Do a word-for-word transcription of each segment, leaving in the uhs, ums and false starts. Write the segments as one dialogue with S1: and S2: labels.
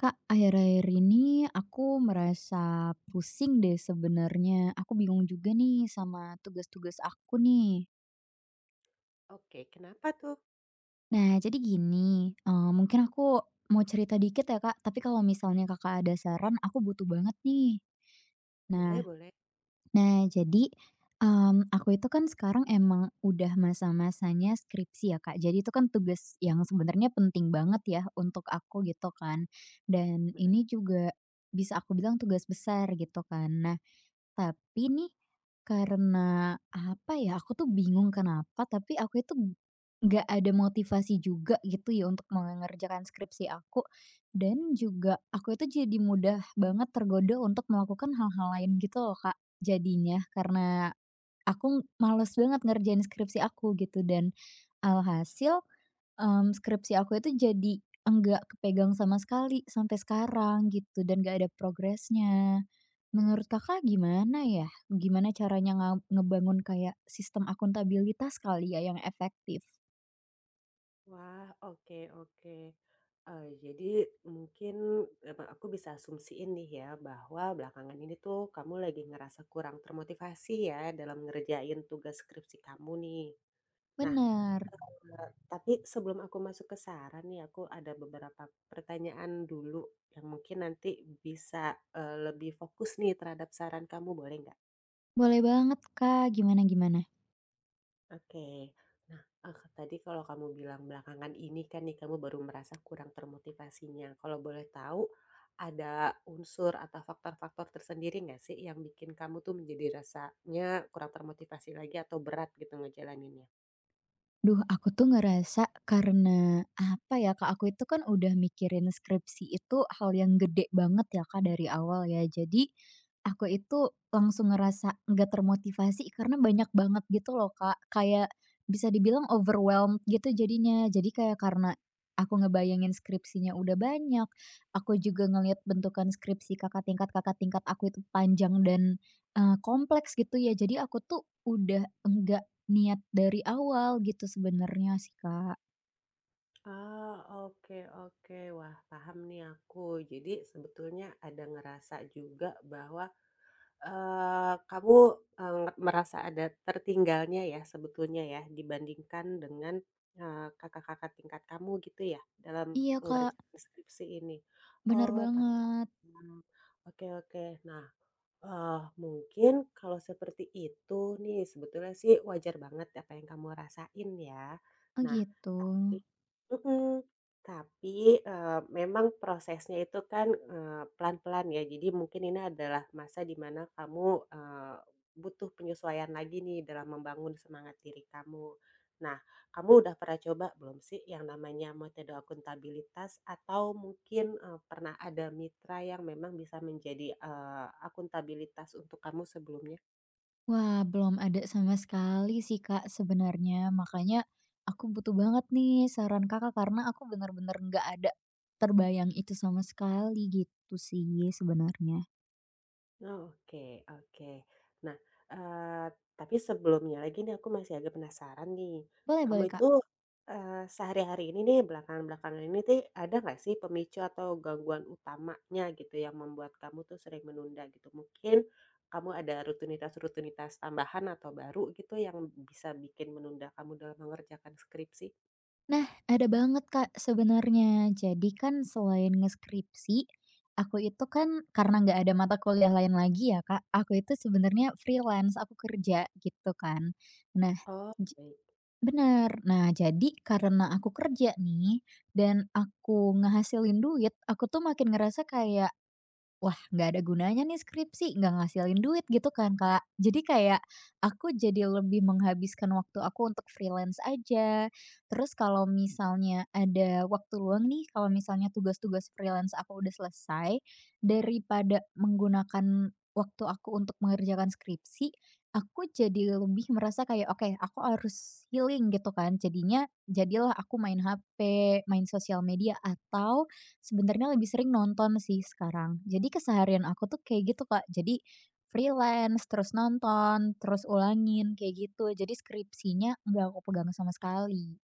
S1: Kak, akhir-akhir ini aku merasa pusing deh sebenarnya. Aku bingung juga nih sama tugas-tugas aku nih.
S2: Oke, kenapa tuh?
S1: Nah, jadi gini, eee, mungkin aku mau cerita dikit ya, Kak, tapi kalau misalnya Kakak ada saran, aku butuh banget nih.
S2: Boleh
S1: Nah
S2: boleh,
S1: Nah, jadi, mmm, aku itu kan sekarang emang udah masa-masanya skripsi ya, Kak. Jadi itu kan tugas yang sebenarnya penting banget ya untuk aku gitu kan, dan
S2: benar.
S1: ini juga bisa aku bilang tugas besar gitu kan. Nah, tapi nih, karena apa ya, aku tuh bingung kenapa, tapi aku itu nggak ada motivasi juga gitu ya untuk mengerjakan skripsi aku. Dan juga aku itu jadi mudah banget tergoda untuk melakukan hal-hal lain gitu loh Kak, jadinya. Karena aku males banget ngerjain skripsi aku gitu dan alhasil Mmm, skripsi aku itu jadi enggak kepegang sama sekali sampai sekarang gitu dan gak ada progresnya. Menurut Kakak gimana ya? Gimana caranya nga ngebangun kayak sistem akuntabilitas kali ya yang efektif?
S2: Wah, oke oke. Eee, jadi mungkin, eee, aku bisa asumsiin nih ya, bahwa belakangan ini tuh kamu lagi ngerasa kurang termotivasi ya, dalam ngerjain tugas skripsi kamu nih. Nah,
S1: Bener,
S2: eee, tapi sebelum aku masuk ke saran nih, aku ada beberapa pertanyaan dulu, yang mungkin nanti bisa, eee, lebih fokus nih terhadap saran kamu, boleh nggak?
S1: boleh banget Kak, gimana gimana?
S2: Oke. Nah, eee, tadi kalau kamu bilang belakangan ini kan nih kamu baru merasa kurang termotivasinya. Kalau boleh tahu, ada unsur atau faktor-faktor tersendiri nggak sih yang bikin kamu tuh menjadi rasanya kurang termotivasi lagi atau berat gitu ngejalaninnya?
S1: Duh, aku tuh ngerasa karena apa ya, Kak, aku itu kan udah mikirin skripsi itu hal yang gede banget ya, Kak, dari awal ya. Jadi aku itu langsung ngerasa nggak termotivasi karena banyak banget gitu loh, Kak. Kayak bisa dibilang overwhelmed gitu jadinya. Jadi kayak karena aku ngebayangin skripsinya udah banyak, aku juga ngelihat bentukan skripsi kakak tingkat kakak tingkat aku itu panjang dan, eee, kompleks gitu ya. Jadi aku tuh udah enggak niat dari awal gitu sebenarnya sih, Kak.
S2: Ah, oke oke. Wah, paham nih aku. Jadi sebetulnya ada ngerasa juga bahwa Eee, kamu, eee, merasa ada tertinggalnya ya sebetulnya ya dibandingkan dengan, eee, kakak-kakak tingkat kamu gitu ya dalam
S1: Iya, Kak,
S2: mengerjakan skripsi ini?
S1: benar
S2: Oh
S1: banget.
S2: paham, oke oke. Nah, Eee, mungkin kalau seperti itu nih sebetulnya sih wajar banget apa yang kamu rasain ya.
S1: Oh,
S2: Nah,
S1: gitu.
S2: tapi mhm, tapi, eee, memang prosesnya itu kan, eee, pelan-pelan ya. Jadi mungkin ini adalah masa di mana kamu, eee, butuh penyesuaian lagi nih dalam membangun semangat diri kamu. Nah, kamu udah pernah coba belum sih yang namanya metode akuntabilitas atau mungkin, eee, pernah ada mitra yang memang bisa menjadi, eee, akuntabilitas untuk kamu sebelumnya?
S1: Wah, belum ada sama sekali sih, Kak, sebenarnya. Makanya aku butuh banget nih saran Kakak karena aku bener-bener nggak ada terbayang itu sama sekali gitu sih sebenarnya.
S2: Oke oke. Nah, eee, tapi sebelumnya lagi nih aku masih agak penasaran nih.
S1: Boleh
S2: Kamu
S1: boleh, Kak.
S2: itu, eee, sehari-hari ini nih belakangan-belakangan ini nih ada nggak sih pemicu atau gangguan utamanya gitu yang membuat kamu tuh sering menunda gitu? Mungkin kamu ada rutinitas-rutinitas tambahan atau baru gitu yang bisa bikin menunda kamu dalam mengerjakan skripsi?
S1: Nah, ada banget, Kak, sebenarnya. Jadi kan selain ngeskripsi, aku itu kan karena nggak ada mata kuliah lain lagi ya, Kak, aku itu sebenarnya freelance, aku kerja gitu kan. Nah,
S2: Oh.
S1: j
S2: Baik.
S1: bener. Nah, jadi karena aku kerja nih dan aku ngehasilin duit, aku tuh makin ngerasa kayak, "Wah, nggak ada gunanya nih skripsi, nggak ngasilin duit," gitu kan, Kak. Jadi kayak aku jadi lebih menghabiskan waktu aku untuk freelance aja. Terus kalau misalnya ada waktu luang nih, kalau misalnya tugas-tugas freelance aku udah selesai, daripada menggunakan waktu aku untuk mengerjakan skripsi, aku jadi lebih merasa kayak, "Oke, aku harus healing," gitu kan. Jadinya jadilah aku main H P, main sosial media atau sebenarnya lebih sering nonton sih sekarang. Jadi keseharian aku tuh kayak gitu, Kak. Jadi freelance, terus nonton, terus ulangin kayak gitu. Jadi skripsinya nggak aku pegang sama sekali.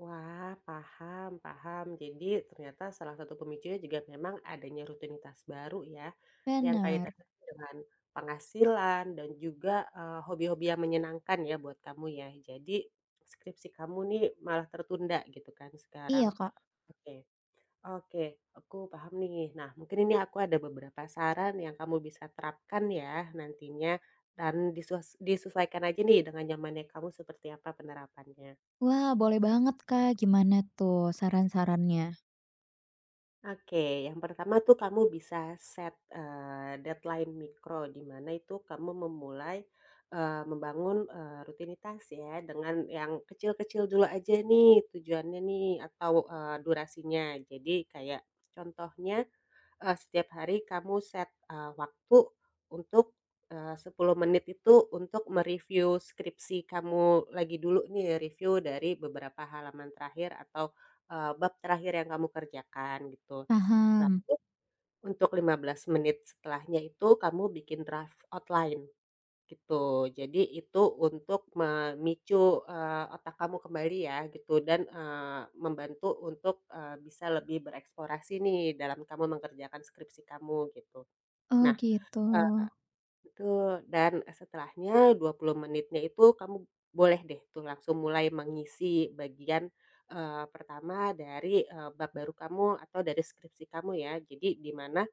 S2: Wah, paham paham. Jadi ternyata salah satu pemicunya juga memang adanya rutinitas baru ya, yang
S1: Bener.
S2: kaitannya dengan penghasilan dan juga, eee, hobi-hobi yang menyenangkan ya buat kamu ya. Jadi skripsi kamu nih malah tertunda gitu kan sekarang.
S1: Iya, Kak.
S2: Oke oke, aku paham nih. Nah, mungkin ini aku ada beberapa saran yang kamu bisa terapkan ya nantinya dan disuas disesuaikan aja nih dengan nyamannya kamu seperti apa penerapannya.
S1: Wah, boleh banget, Kak. Gimana tuh saran-sarannya?
S2: Oke, yang pertama tuh kamu bisa set, eee, deadline mikro, di mana itu kamu memulai, eee, membangun, eee, rutinitas ya, dengan yang kecil-kecil dulu aja nih tujuannya nih atau, eee, durasinya. Jadi kayak contohnya, Eee, setiap hari kamu set, eee, waktu untuk, eee, sepuluh menit itu untuk mereview skripsi kamu lagi dulu nih, review dari beberapa halaman terakhir atau, eee, bab terakhir yang kamu kerjakan gitu.
S1: Paham.
S2: Lalu untuk lima belas menit setelahnya itu kamu bikin draft outline. Gitu. Jadi itu untuk memicu, eee, otak kamu kembali ya gitu dan, eee, membantu untuk, eee, bisa lebih bereksplorasi nih dalam kamu mengerjakan skripsi kamu gitu.
S1: Oh
S2: Nah,
S1: gitu.
S2: eee betul, dan setelahnya dua puluh menitnya itu kamu boleh deh tuh langsung mulai mengisi bagian, eee, pertama dari, eee, bab baru kamu atau dari skripsi kamu ya. Jadi di mana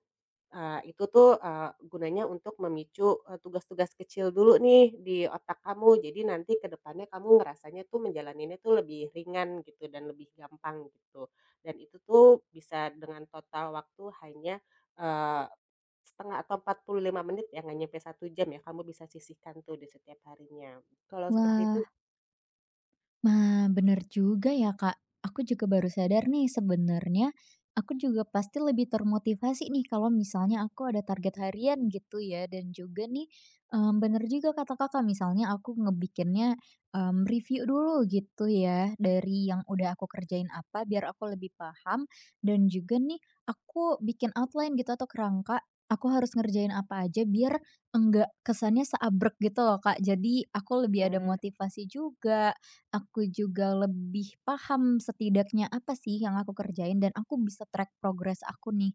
S2: Eee, itu tuh, eee, gunanya untuk memicu, eee, tugas-tugas kecil dulu nih di otak kamu. Jadi nanti ke depannya kamu ngerasanya tuh menjalaninnya tuh lebih ringan gitu dan lebih gampang gitu. Dan itu tuh bisa dengan total waktu hanya, eee, setengah atau empat puluh lima menit ya, nggak nyampe satu jam ya, kamu bisa sisihkan tuh di setiap harinya. Kalau seperti itu
S1: Wah, nah, bener juga ya, Kak. Aku juga baru sadar nih sebenarnya aku juga pasti lebih termotivasi nih kalau misalnya aku ada target harian gitu ya dan juga nih em, bener juga kata Kakak misalnya aku ngebikinnya em, review dulu gitu ya dari yang udah aku kerjain apa biar aku lebih paham dan juga nih aku bikin outline gitu atau kerangka aku harus ngerjain apa aja biar enggak kesannya seabrek gitu loh Kak. Jadi aku lebih ada
S2: gimana?
S1: motivasi juga. Aku juga lebih paham setidaknya apa sih yang aku kerjain dan aku bisa track progress aku nih.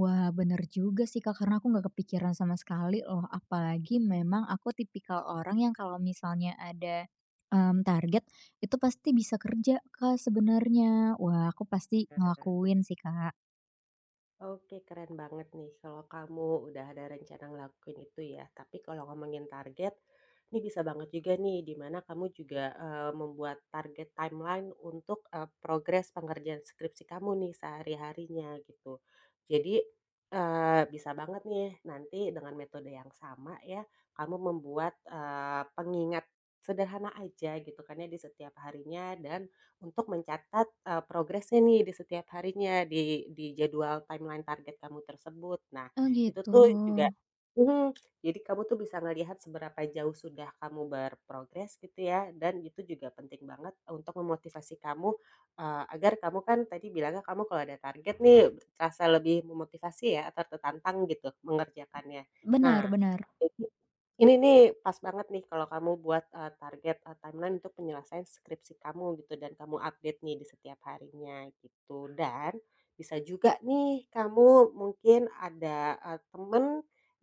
S1: Wah bener juga sih Kak, karena aku nggak kepikiran sama sekali loh, apalagi memang aku tipikal orang yang kalau misalnya ada, mmm, target itu pasti bisa kerja Kak sebenarnya. Wah aku pasti ngelakuin sih Kak.
S2: Oke, keren banget nih kalau kamu udah ada rencana ngelakuin itu ya. Tapi kalau ngomongin target, ini bisa banget juga nih di mana kamu juga eh, membuat target timeline untuk eh, progres pengerjaan skripsi kamu nih sehari-harinya gitu. Jadi eh, bisa banget nih nanti dengan metode yang sama ya, kamu membuat eh, pengingat sederhana aja gitu kan ya di setiap harinya dan untuk mencatat, eee, progresnya nih di setiap harinya di di jadwal timeline target kamu tersebut. Nah,
S1: Oh
S2: itu
S1: gitu.
S2: tuh juga mhm, jadi kamu tuh bisa ngelihat seberapa jauh sudah kamu berprogres gitu ya, dan itu juga penting banget untuk memotivasi kamu, eee, agar kamu kan tadi bilangnya kamu kalau ada target nih terasa lebih memotivasi ya, atau tertantang gitu mengerjakannya.
S1: Benar
S2: Nah,
S1: benar.
S2: ini nih pas banget nih kalau kamu buat, eee, target, eee, timeline untuk penyelesaian skripsi kamu gitu dan kamu update nih di setiap harinya gitu. Dan bisa juga nih kamu mungkin ada, eee, temen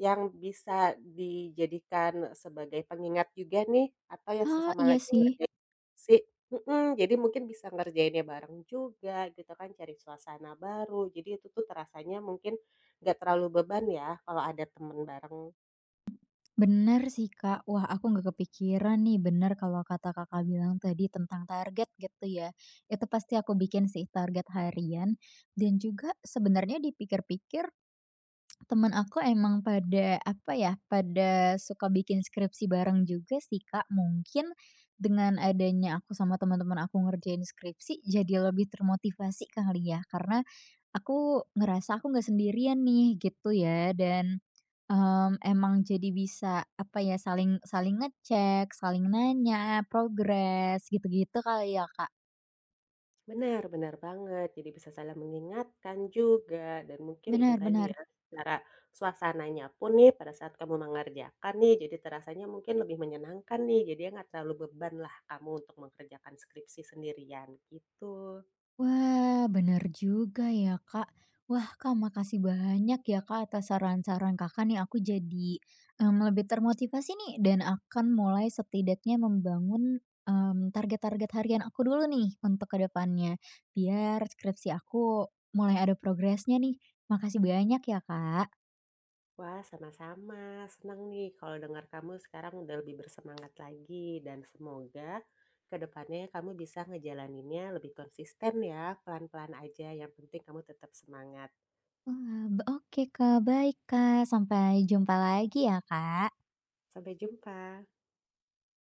S2: yang bisa dijadikan sebagai pengingat juga nih atau yang
S1: Ah,
S2: sesama
S1: iya
S2: lagi Mhm.
S1: sih.
S2: ngerjain skripsi, mhm, jadi mungkin bisa ngerjainnya bareng juga gitu kan, cari suasana baru. Jadi itu tuh terasanya mungkin nggak terlalu beban ya kalau ada temen bareng.
S1: Bener sih, Kak. Wah, aku nggak kepikiran nih, bener kalau kata Kakak bilang tadi tentang target gitu ya. Itu pasti aku bikin sih target harian dan juga sebenarnya dipikir-pikir teman aku emang pada apa ya, pada suka bikin skripsi bareng juga sih, Kak. Mungkin dengan adanya aku sama teman-teman aku ngerjain skripsi jadi lebih termotivasi kali ya, karena aku ngerasa aku nggak sendirian nih gitu ya dan, mmm, emang jadi bisa apa ya, saling saling ngecek, saling nanya progres gitu-gitu kali ya, Kak?
S2: Benar benar banget, jadi bisa saling mengingatkan juga dan mungkin itu
S1: Benar
S2: tadi
S1: benar.
S2: ya, cara suasananya pun nih pada saat kamu mengerjakan nih, jadi terasanya mungkin lebih menyenangkan nih, jadinya nggak terlalu beban lah kamu untuk mengerjakan skripsi sendirian, gitu.
S1: Wah, benar juga ya, Kak. Wah, Kak, makasih banyak ya, Kak, atas saran-saran Kakak nih. Aku jadi em, lebih termotivasi nih dan akan mulai setidaknya membangun em, target-target harian aku dulu nih untuk ke depannya. Biar skripsi aku mulai ada progresnya nih. Makasih banyak ya, Kak.
S2: Wah, sama-sama, senang nih kalau dengar kamu sekarang udah lebih bersemangat lagi dan semoga ke depannya kamu bisa ngejalaninnya lebih konsisten ya, pelan-pelan aja yang penting kamu tetap semangat.
S1: Wah, b- oke, Kak. Baik, Kak. Sampai jumpa lagi ya, Kak.
S2: Sampai jumpa.